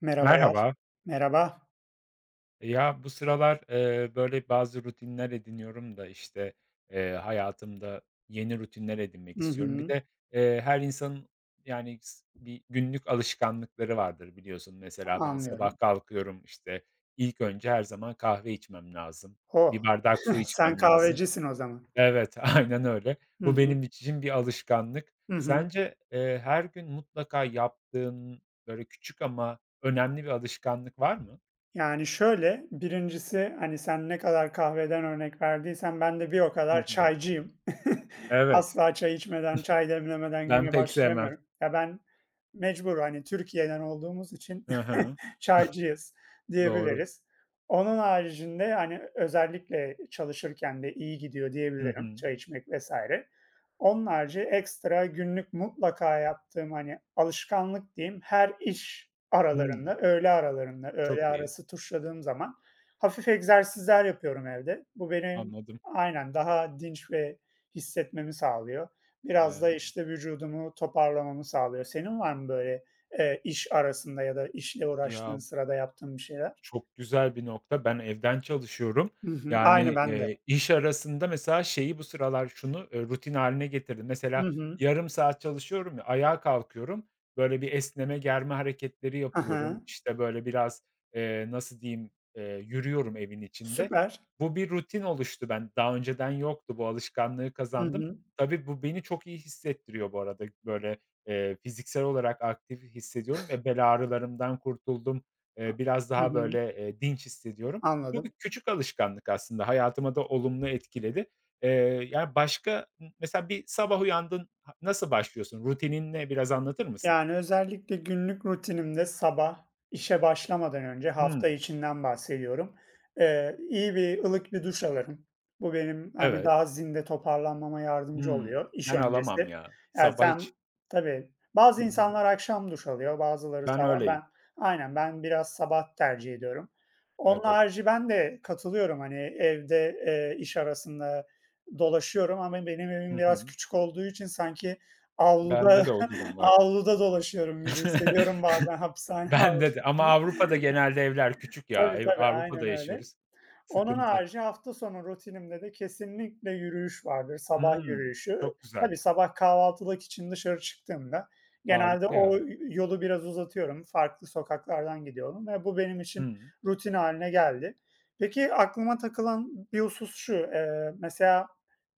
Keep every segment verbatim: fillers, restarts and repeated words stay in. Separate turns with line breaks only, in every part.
Merhabalar.
Merhaba.
Merhaba.
Ya bu sıralar, eee, böyle bazı rutinler ediniyorum da, işte, eee, hayatımda yeni rutinler edinmek
Hı
istiyorum. Bir
hı,
de, eee, her insanın, yani, s bir günlük alışkanlıkları vardır biliyorsun. Mesela ben
anlıyorum.
sabah kalkıyorum, işte, ilk önce her zaman kahve içmem lazım.
O!
Bir bardak su
Sen
içmem lazım.
kahvecisin o zaman.
Evet, aynen öyle.
Hı
Bu
hı.
benim için bir alışkanlık.
Hı hı.
Sence, eee, her gün mutlaka yaptığın, böyle, küçük ama önemli bir alışkanlık var mı?
Yani, şöyle, birincisi hani, sen ne kadar kahveden örnek verdiysen ben de bir o
Hı
kadar
hı.
çaycıyım.
Evet,
Asla çay içmeden, çay demlemeden
ben
güne
pek sevmem.
başlayamıyorum. Ya, ben mecbur, hani, Türkiye'den olduğumuz için
Hı hı,
çaycıyız
doğru.
diyebiliriz. Onun haricinde, hani, özellikle çalışırken de iyi gidiyor
Hı
diyebilirim
hı.
çay içmek vesaire. Onun harici ekstra günlük mutlaka yaptığım, hani, alışkanlık diyeyim, her iş
Hımm,
aralarında, öğle aralarında, öğle
çok iyi,
arası tuşladığım zaman hafif egzersizler yapıyorum evde. Bu beni
anladım.
aynen, daha dinç ve hissetmemi sağlıyor. Biraz
Eee,
da, işte, vücudumu toparlamamı sağlıyor. Senin var mı böyle, eee, iş arasında ya da işle uğraştığın
ya
sırada yaptığın bir şeyler?
çok güzel bir nokta. Ben evden çalışıyorum.
Hı hı. Aynı
Yani,
bende.
eee, iş arasında mesela şeyi bu sıralar şunu, eee, rutin hâline getirdim.
Hı
Mesela
hı.
yarım saat çalışıyorum ya, ayağa kalkıyorum, böyle bir esneme, germe hareketleri
Hı
yapıyorum. İşte, böyle biraz, eee, nasıl diyeyim, eee, yürüyorum evin içinde.
Süper.
Bu bir rutin oluştu, ben daha önceden yoktu. Bu alışkanlığı
Hı
kazandım.
hı.
Tabii bu beni çok iyi hissettiriyor bu arada. Böyle, eee, fiziksel olarak aktif hissediyorum ve bel ağrılarımdan kurtuldum. Eee, biraz
Hı
daha
hı.
böyle, eee, dinç hissediyorum. Bu bir
Anladım.
küçük alışkanlık aslında, hayatıma da olumlu etkiledi. Eee, yani, başka m mesela bir sabah uyandın, ha nasıl başlıyorsun? Rutinin ne? Biraz anlatır mısın?
Yani, özellikle günlük rutinimde sabah işe başlamadan önce, hafta
Hımm,
içinden bahsediyorum, eee, iyi bir, ılık bir duş alırım. Bu benim, hani,
evet.
daha zinde toparlanmama yardımcı
Hımm.
oluyor iş
Ben alamam
öncesi.
ya.
Yani,
Sabah hiç.
sen tabii. Bazı
Hı hı.
insanlar akşam duş alıyor, bazıları
Ben
sabah.
öyleyim.
Ben aynen, ben biraz sabah tercih ediyorum. Onun
Evet.
harici ben de katılıyorum, hani, evde, eee, iş arasında dolaşıyorum ama benim evim
Hı
biraz
hı.
küçük olduğu için sanki
Bende
avluda
de o durum var.
avluda dolaşıyorum gibi hissediyorum bazen hapishane
Bende de ama
avlusunu.
Avrupa'da genelde evler küçük ya.
Tabii,
Ev
tabii,
Avrupa'da
aynen öyle.
yaşıyoruz.
Onun
Sıkıntı.
harici hafta sonu rutinimde de kesinlikle yürüyüş vardır, sabah
Hımm.
yürüyüşü.
Çok güzel.
Tabii sabah kahvaltılık için dışarı çıktığımda genelde
Harika
o
ya.
yolu biraz uzatıyorum, farklı sokaklardan gidiyorum ve bu benim için
Hımm.
rutin hâline geldi. Peki aklıma takılan bir husus şu, eee, mesela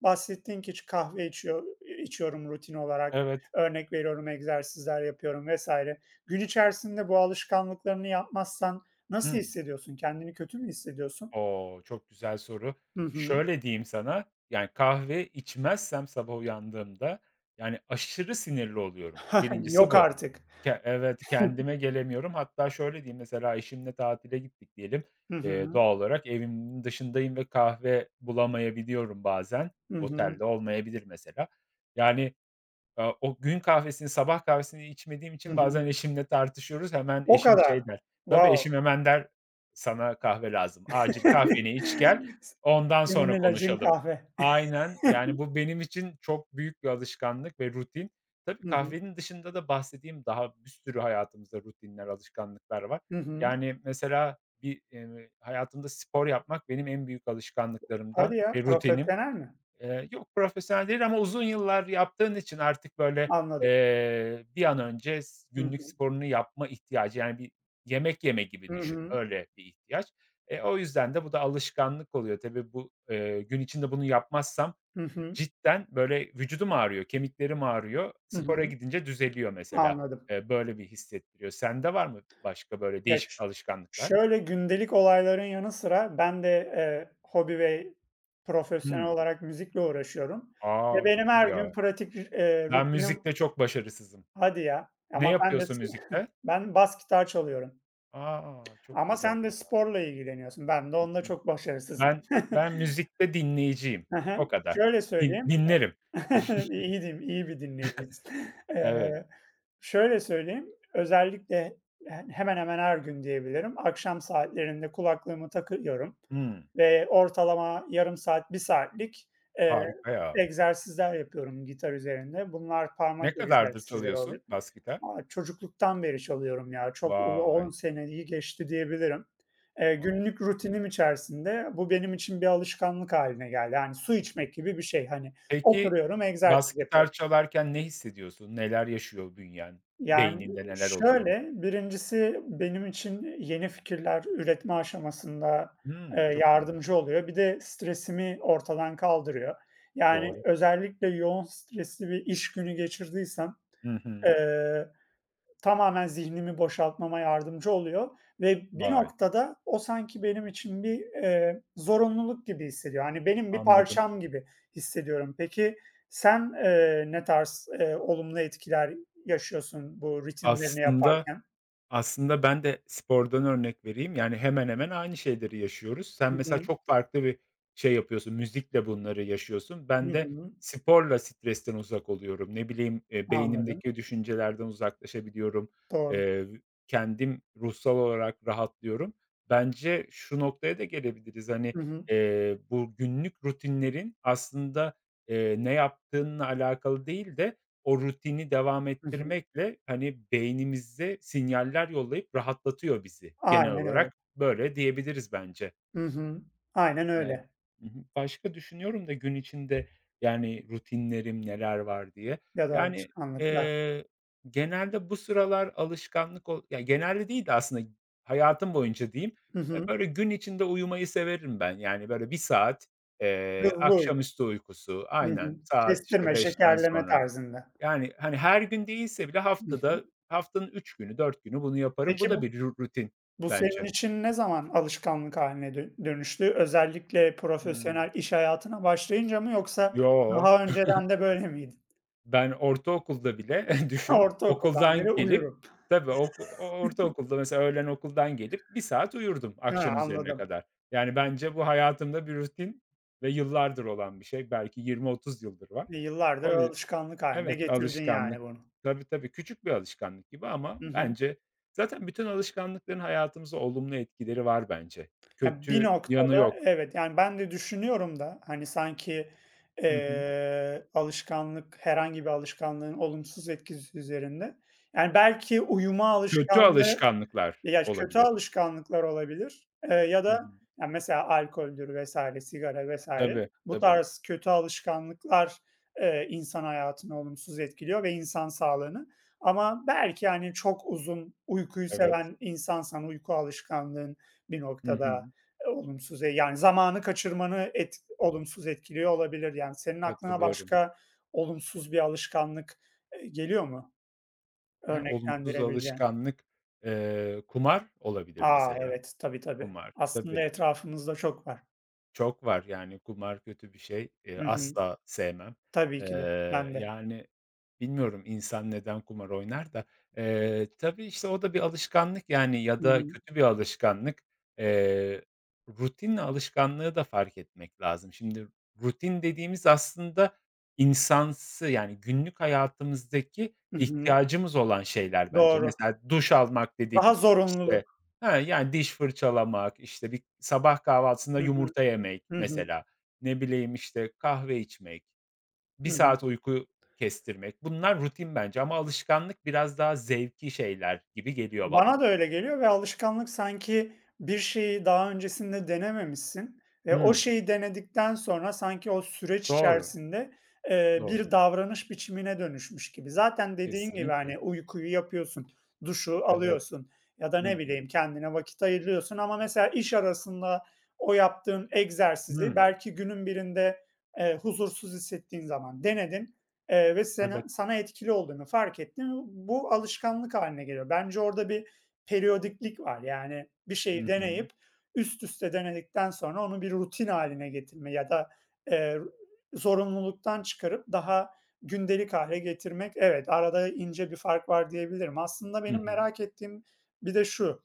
bahsettin ki ç kahve içiyor içiyorum rutin olarak,
Evet.
örnek veriyorum, egzersizler yapıyorum vesaire. Gün içerisinde bu alışkanlıklarını yapmazsan nasıl
Hımm.
hissediyorsun? Kendini kötü mü hissediyorsun?
O! Çok güzel soru.
Hı hı.
Şöyle diyeyim sana, yani, kahve içmezsem sabah uyandığımda, yani, aşırı sinirli oluyorum. Birincisi
Yok
bu.
artık.
Ke evet, kendime gelemiyorum. Hatta şöyle diyeyim, mesela eşimle tatile gittik diyelim.
Hı
Eee,
hı.
doğal olarak evimin dışındayım ve kahve bulamayabiliyorum bazen.
Hı hı.
Otelde olmayabilir mesela. Yani, Aaa, o gün kahvesini, sabah kahvesini içmediğim
Hı
için
hı.
bazen eşimle tartışıyoruz. Hemen
O
eşim
kadar.
şey der. Tabii,
Wow.
eşim hemen der, "Sana kahve lazım. Acil kahveni iç gel, ondan
Senin
sonra
ilacın
konuşalım."
kahve.
Aynen. Yani, bu benim için çok büyük bir alışkanlık ve rutin. Tabii,
Hı hı.
kahvenin dışında da bahsettiğim daha bir sürü hayatımızda rutinler, alışkanlıklar var.
Hı hı.
Yani, mesela bir, eee, hayatımda spor yapmak benim en büyük
Hadi
alışkanlıklarımdan
ya,
ve rutinim.
profesyonel mi?
Eee, yok, profesyonel değil ama uzun yıllar yaptığın için artık, böyle,
Anladım.
eee, bir an önce s
Hı
günlük
hı.
sporunu yapma ihtiyacı, yani, bir yemek yeme
Hı
gibi düşün,
hı.
öyle bir ihtiyaç. E, o yüzden de bu da alışkanlık oluyor. Tabii bu, eee, gün içinde bunu yapmazsam
Hı hı.
cidden, böyle, vücudum ağrıyor, kemiklerim ağrıyor.
Hı
Spora
hı.
gidince düzeliyor mesela.
Anladım.
Eee, böyle bir hissettiriyor. Sende var mı başka böyle
Ya,
değişik
ş
alışkanlıklar?
Şöyle gündelik olayların yanı sıra ben de, eee, hobi ve profesyonel
Hımm.
olarak müzikle uğraşıyorum ve
A,
benim
çok
her
iyi
gün
ya.
pratik, eee,
Ben
rutinim
müzikte çok başarısızım.
hadi ya,
Ne
ama ben de
yapıyorsun müzikte?
ben bas gitar çalıyorum.
A! Çok
Ama
güzel
sen de
ya.
sporla ilgileniyorsun. Ben de onda çok başarısızım.
Ben ben müzikte dinleyiciyim.
Hı hı.
O kadar.
Şöyle
Din
söyleyeyim,
dinlerim.
iyiydim, iyi bir dinleyicisin.
Evet.
Eee, şöyle söyleyeyim, özellikle he hemen hemen her gün diyebilirim, akşam saatlerinde kulaklığımı takıyorum
Hımm.
ve ortalama yarım saat, bir saatlik, eee,
Harika ya.
egzersizler yapıyorum gitar üzerinde. Bunlar parmak
Ne kadardır
egzersizleri
çalıyorsun
oluyor.
bas gitar?
A, çocukluktan beri çalıyorum ya. Çok bu on
Vay!
seneyi geçti diyebilirim. Eee,
Vay!
günlük
Çok iyi.
rutinim içerisinde bu benim için bir alışkanlık haline geldi. Yani su
Hı hı.
içmek gibi bir şey. Hani
Peki,
oturuyorum,
bas
egzersiz yapıyorum.
gitar çalarken ne hissediyorsun? Neler yaşıyor bünyen?
Yani
Beyninde neler oluyor?
şöyle, birincisi benim için yeni fikirler üretme aşamasında, eee,
Hımm. Çok ilginç.
yardımcı oluyor. Bir de stresimi ortadan kaldırıyor. Yani
Doğru.
özellikle yoğun stresli bir iş günü geçirdiysem,
Hı
e,
hı.
tamamen zihnimi boşaltmama yardımcı oluyor ve bir
Vay!
noktada o sanki benim için bir, eee, zorunluluk gibi hissediyor. Hani benim bir
Anladım.
parçam gibi hissediyorum. Peki sen, eee, ne tarz, eee, olumlu etkiler yaşıyorsun bu ritimlerini
Aslında
yaparken?
Aslında ben de spordan örnek vereyim. Yani, hemen hemen aynı şeyleri yaşıyoruz. Sen
Hı
mesela
hı.
çok farklı bir şey yapıyorsun, müzikle bunları yaşıyorsun.
Hı
Ben de
hı.
sporla stresten uzak oluyorum. Ne bileyim, eee,
Anladım.
beynimdeki düşüncelerden uzaklaşabiliyorum.
Doğru.
Eee, kendim ruhsal olarak rahatlıyorum. Bence şu noktaya da gelebiliriz, hani,
Hı hı.
eee, bu günlük rutinlerin aslında, eee, ne yaptığınla alakalı değil de o rutini devam
Hı hı.
ettirmekle, hani, beynimize sinyaller yollayıp rahatlatıyor bizi. Genel
Aynen öyle.
olarak böyle diyebiliriz bence.
Hı hı. Aynen
Yani.
öyle.
Hı hı. Başka düşünüyorum da gün içinde, yani, rutinlerim neler var diye.
Ya da
Yani,
alışkanlıklar.
eee, genelde bu sıralar alışkanlık ol ya, genelde değil de aslında hayatım boyunca diyeyim,
Hı
eee,
hı.
böyle gün içinde uyumayı severim ben. Yani, böyle bir saat, eee,
Hızlı uyku.
akşamüstü uykusu,
Hı hı.
aynen, saat, işte,
Kestirme,
beşten
şekerleme
sonra.
tarzında.
Yani, hani, her gün değilse bile
Hı hı.
haftada haftanın üç günü, dört günü bunu yaparım. Bu
Peki
da
bu
bir ru rutin
Bu senin
bence.
için ne zaman alışkanlık haline dö dönüştü? Özellikle
Hımm.
profesyonel iş hayatına başlayınca mı yoksa
Yo,
daha önceden de böyle miydi?
ben ortaokulda bile düşün,
Ortaokuldan
okuldan
beri
gelip.
uyurum.
Tabii, ok o ortaokulda mesela öğlen okuldan gelip bir saat uyurdum
He,
akşam üzerine
anladım.
kadar. Yani, bence bu hayatımda bir rutin ve yıllardır olan bir şey. Belki yirmi otuz yıldır var.
E, yıllardır
O
alışkanlık haline
Evet,
getirdin
alışkanlık.
yani bunu.
Tabii, tabii, küçük bir alışkanlık gibi ama
Hı hı.
bence zaten bütün alışkanlıkların hayatımıza olumlu etkileri var bence.
Ya, bir
Kötü yanı
noktada
yok.
evet, yani, ben de düşünüyorum da, hani, sanki,
Hı hı.
eee, alışkanlık herhangi bir alışkanlığın olumsuz etkisi üzerinde. Yani, belki uyuma
Kötü
alışkanlığı
alışkanlıklar
ya, kötü
olabilir.
alışkanlıklar olabilir, eee, ya
Hı hı.
da, ya, mesela alkoldür vesaire, sigara vesaire.
Tabii,
Bu
tabii.
tarz kötü alışkanlıklar, eee, insan hayatını olumsuz etkiliyor ve insan sağlığını ama belki, hani, çok uzun uykuyu
Evet.
seven insansan uyku alışkanlığın bir
Hı
noktada,
hı.
eee, olumsuz, e- yani, zamanı kaçırmanı et olumsuz etkiliyor olabilir. Yani, senin aklına
Katılıyorum.
başka olumsuz bir alışkanlık, eee, geliyor mu
Yani olumsuz
örneklendirebileceğin?
alışkanlık, eee, kumar olabilir
A!
mesela.
Evet, tabii, tabii.
Kumar.
Aslında
Tabii.
etrafımızda çok var.
Çok var, yani, kumar kötü bir şey. Eee,
Hı hı.
asla sevmem.
Tabii ki de.
Eee,
Ben de.
yani, bilmiyorum insan neden kumar oynar da. Eee, tabii, işte, o da bir alışkanlık, yani, ya
Hı
da
hı.
kötü bir alışkanlık. Eee, rutinle alışkanlığı da fark etmek lazım. Şimdi rutin dediğimiz aslında insansı, yani, günlük hayatımızdaki
Hı hı.
ihtiyacımız olan şeyler bence.
Doğru.
Mesela duş almak
Daha
dedik,
zorunluluk.
işte. He, yani diş fırçalamak, işte, bir sabah kahvaltısında
Hı hı.
yumurta yemek
Hı hı.
mesela, ne bileyim, işte, kahve içmek, bir
Hı hı.
saat uyku kestirmek. Bunlar rutin bence ama alışkanlık biraz daha zevki şeyler gibi geliyor bana.
Bana da öyle geliyor ve alışkanlık sanki bir şeyi daha öncesinde denememişsin ve o
Hımm.
şeyi denedikten sonra sanki o süreç
Doğru,
içerisinde, eee,
doğru.
bir davranış biçimine dönüşmüş gibi. Zaten dediğin gibi,
Kesinlikle.
hani, uykuyu yapıyorsun, duşu
Evet.
alıyorsun ya da
Hı
ne
hı.
bileyim kendine vakit ayırıyorsun ama mesela iş arasında o yaptığın egzersizi
Hımm.
belki günün birinde, eee, huzursuz hissettiğin zaman denedin. Eee, ve sana
Evet.
sana etkili olduğunu fark ettin. Bu alışkanlık haline geliyor. Bence orada bir periyodiklik var. Yani bir şeyi
Hı hı.
deneyip üst üste denedikten sonra onu bir rutin haline getirme ya da, eee, zorunluluktan çıkarıp daha gündelik hâle getirmek. Evet, arada ince bir fark var diyebilirim. Aslında
Hı
benim
hı.
merak ettiğim bir de şu,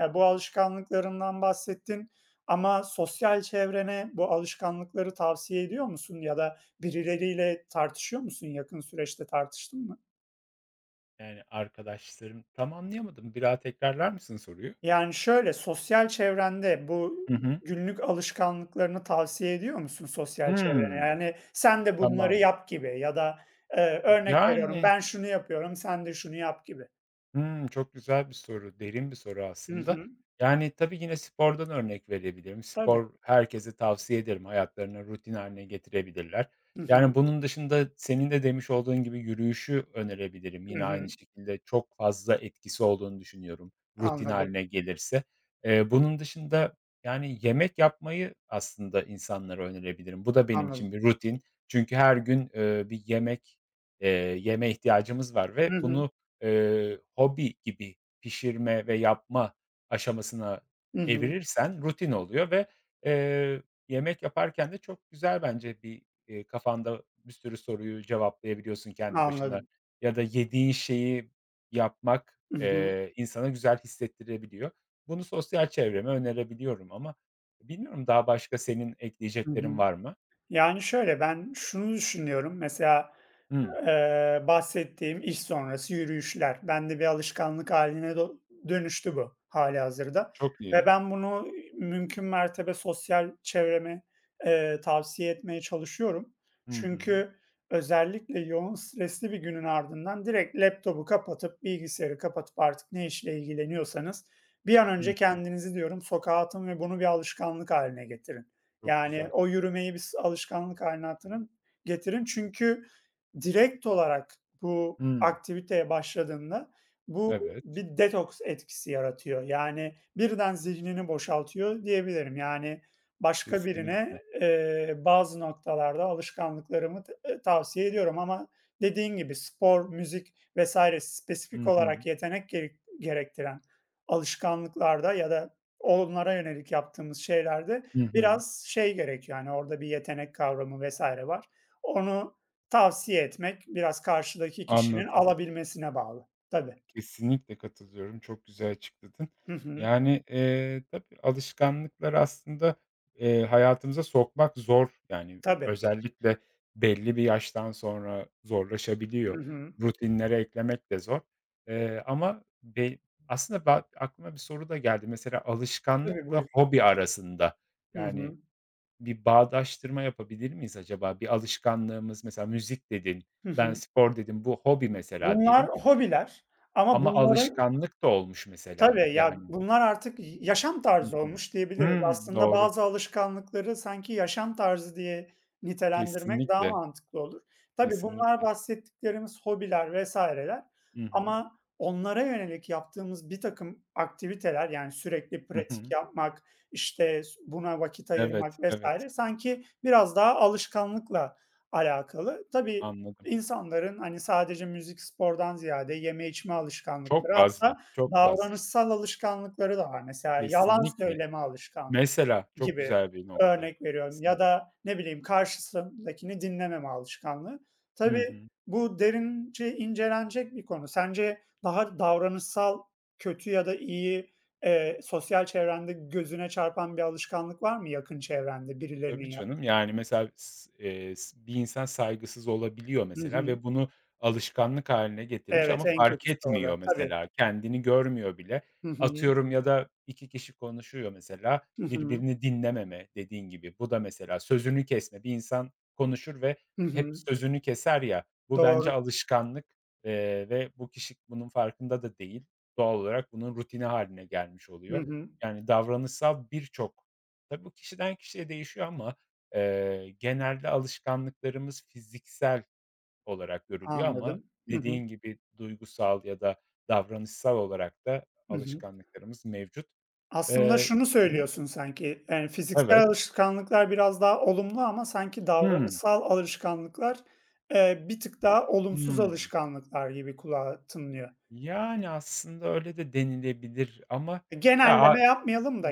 eee, bu alışkanlıklarından bahsettin ama sosyal çevrene bu alışkanlıkları tavsiye ediyor musun ya da birileriyle tartışıyor musun? Yakın süreçte tartıştın mı?
Yani arkadaşlarım Tam anlayamadım. Bir daha tekrarlar mısın soruyu?
Yani, şöyle, sosyal çevrende bu
Hı hı.
günlük alışkanlıklarını tavsiye ediyor musun sosyal çevrene?
Hımm.
Yani, "Sen de bunları
Tamam.
yap." gibi ya da, eee, örnek veriyorum,
Yani
"Ben şunu yapıyorum, sen de şunu yap." gibi.
Hımm, çok güzel bir soru, derin bir soru
Hı
aslında.
hı.
Yani, tabii yine spordan örnek verebilirim.
Tabii.
Spor herkese tavsiye ederim, hayatlarına rutin haline getirebilirler.
Hı hı.
Yani, bunun dışında senin de demiş olduğun gibi yürüyüşü önerebilirim.
Hı
Yine aynı
hı.
şekilde çok fazla etkisi olduğunu düşünüyorum rutin
Anladım,
haline gelirse. Eee, bunun dışında, yani, yemek yapmayı aslında insanlara önerebilirim. Bu da benim için
anladım.
bir rutin. Çünkü her gün, eee, bir yemek, eee, yeme ihtiyacımız var
Hı
ve
hı.
bunu eee, hobi gibi pişirme ve yapma aşamasına
Hı hı.
evirirsen rutin oluyor ve, eee, yemek yaparken de çok güzel bence bir, eee, kafanda bir sürü soruyu cevaplayabiliyorsun kendi başına
Anladım.
ya da yediğin şeyi yapmak,
Hı hı.
eee, insana güzel hissettirebiliyor. Bunu sosyal çevreme önerebiliyorum ama bilmiyorum daha başka senin
Hı hı.
ekleyeceklerin var mı?
Yani, şöyle, ben şunu düşünüyorum, mesela,
Hımm,
eee, bahsettiğim iş sonrası yürüyüşler. Bende bir alışkanlık haline do dönüştü bu hâlihazırda
çok
ve
iyi.
ben bunu mümkün mertebe sosyal çevreme, eee, tavsiye etmeye çalışıyorum.
Hı hı.
Çünkü özellikle yoğun stresli bir günün ardından direkt laptopu kapatıp, bilgisayarı kapatıp artık ne işle ilgileniyorsanız bir an önce
Hımm,
kendinizi diyorum sokağa atın ve bunu bir alışkanlık haline getirin.
çok
Yani
güzel.
o yürümeyi bir alışkanlık hâline hatırın getirin. Çünkü direkt olarak bu
Hımm,
aktiviteye başladığında bu
evet,
bir detoks etkisi yaratıyor. Yani birden zihnini boşaltıyor diyebilirim. Yani başka
kesinlikle.
birine, eee, bazı noktalarda alışkanlıklarımı t eee, tavsiye ediyorum ama dediğin gibi spor, müzik vesaire
Hı
spesifik
hı.
olarak yetenek gerek gerektiren alışkanlıklarda ya da onlara yönelik yaptığımız şeylerde
Hı hı.
biraz şey gerek yani orada bir yetenek kavramı vesaire var. Onu tavsiye etmek biraz karşıdaki kişinin
Anladım.
alabilmesine bağlı. Tabii.
Kesinlikle katılıyorum. Çok güzel açıkladın.
Hı hı.
Yani, eee, tabii alışkanlıklar aslında, eee, hayatımıza sokmak zor. Yani,
Tabii.
özellikle belli bir yaştan sonra zorlaşabiliyor.
Hı hı.
Rutinlere eklemek de zor. Eee, ama be aslında ba aklıma bir soru da geldi. Mesela
Tabii,
alışkanlıkla
buyur.
hobi arasında,
Hı
yani,
hı.
bir bağdaştırma yapabilir miyiz acaba? Bir alışkanlığımız mesela müzik dedin,
Hı
ben
hı.
spor dedim, bu hobi mesela
Bunlar
diyelim
hobiler ama
ama
bunlara
alışkanlık da olmuş mesela
tabii, ya,
yani.
bunlar artık yaşam
Hı
tarzı
hı.
olmuş diyebiliriz.
Hımm,
Aslında
doğru.
bazı alışkanlıkları sanki yaşam tarzı diye nitelendirmek daha
Kesinlikle,
mantıklı olur. Tabii bunlar
kesinlikle.
bahsettiklerimiz hobiler vesaireler
Hı hı.
ama onlara yönelik yaptığımız bir takım aktiviteler, yani, sürekli
Hı
pratik
hı.
yapmak, işte, buna vakit
Evet,
ayırmak
evet,
vesaire sanki biraz daha alışkanlıkla alakalı. Tabii
anladım.
insanların, hani, sadece müzik, spordan ziyade yeme içme
Çok
alışkanlıkları
fazla,
hatta
çok fazla.
davranışsal alışkanlıkları da var. Mesela yalan
Kesinlikle.
söyleme alışkanlığı
Mesela çok
gibi
güzel bir nokta.
örnek veriyorum ya
Kesin
da ne bileyim karşısındakini dinlememe alışkanlığı.
Hı
Tabii
hı.
bu derince incelenecek bir konu. Sence daha davranışsal kötü ya da iyi, eee, sosyal çevrende gözüne çarpan bir alışkanlık var mı yakın çevrende birilerinin
Tabii
yap
canım. Yani, mesela s eee, s bir insan saygısız olabiliyor
hı
mesela
hı.
ve bunu alışkanlık haline getirmiş
Evet,
ama
en
fark
kötüsü o da.
etmiyor
Tabii.
mesela, kendini görmüyor bile.
Hı hı.
Atıyorum ya da iki kişi konuşuyor mesela,
Hı hı.
birbirini dinlememe dediğin gibi. Bu da mesela sözünü kesme. Bir insan konuşur ve
Hı
hep
hı.
sözünü keser ya, bu bence
Doğru.
alışkanlık, eee, ve bu kişi bunun farkında da değil. Doğal olarak bunun rutini haline gelmiş
Hı
oluyor.
hı.
Yani davranışsal birçok Tabii bu kişiden kişiye değişiyor ama, eee, genelde alışkanlıklarımız fiziksel olarak görülüyor ama
Anladım. Hı hı.
dediğin gibi duygusal ya da davranışsal olarak da
Hı hı.
alışkanlıklarımız mevcut.
Aslında
Eee
şunu
Hı hı.
söylüyorsun sanki, yani, fiziksel
Evet.
alışkanlıklar biraz daha olumlu ama sanki
Hımm.
davranışsal alışkanlıklar, eee, bir tık daha olumsuz
Hımm.
alışkanlıklar gibi kulağa tınlıyor.
Yani, aslında öyle de denilebilir ama
E,
ya, a
genelleme yapmayalım da,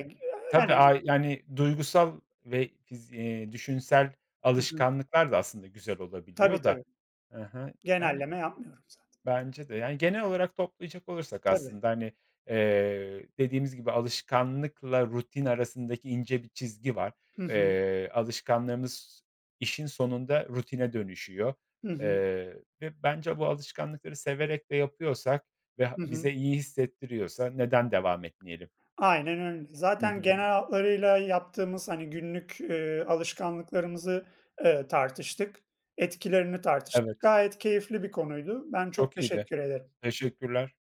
tabii,
yani
a yani, duygusal ve fiz eee, düşünsel
hı hı.
alışkanlıklar da aslında güzel
Tabii,
olabiliyor da.
tabii.
Hı Yani,
Genelleme yapmıyorum zaten.
bence de. Yani, genel olarak toplayacak olursak
Tabii.
aslında, hani, eee, dediğimiz gibi alışkanlıkla rutin arasındaki ince bir çizgi var.
Hı hı.
Eee, alışkanlığımız işin sonunda rutine dönüşüyor,
Hı hı.
eee, ve bence bu alışkanlıkları severek de yapıyorsak ve ha
Hı hı.
bize iyi hissettiriyorsa neden devam etmeyelim?
Aynen öyle.
Hı
Zaten
hı.
genel hatlarıyla yaptığımız, hani, günlük, eee, alışkanlıklarımızı, eee, tartıştık. Etkilerini tartıştık.
Evet.
Gayet keyifli bir konuydu. Ben çok
Çok iyiydi.
teşekkür ederim.
Teşekkürler.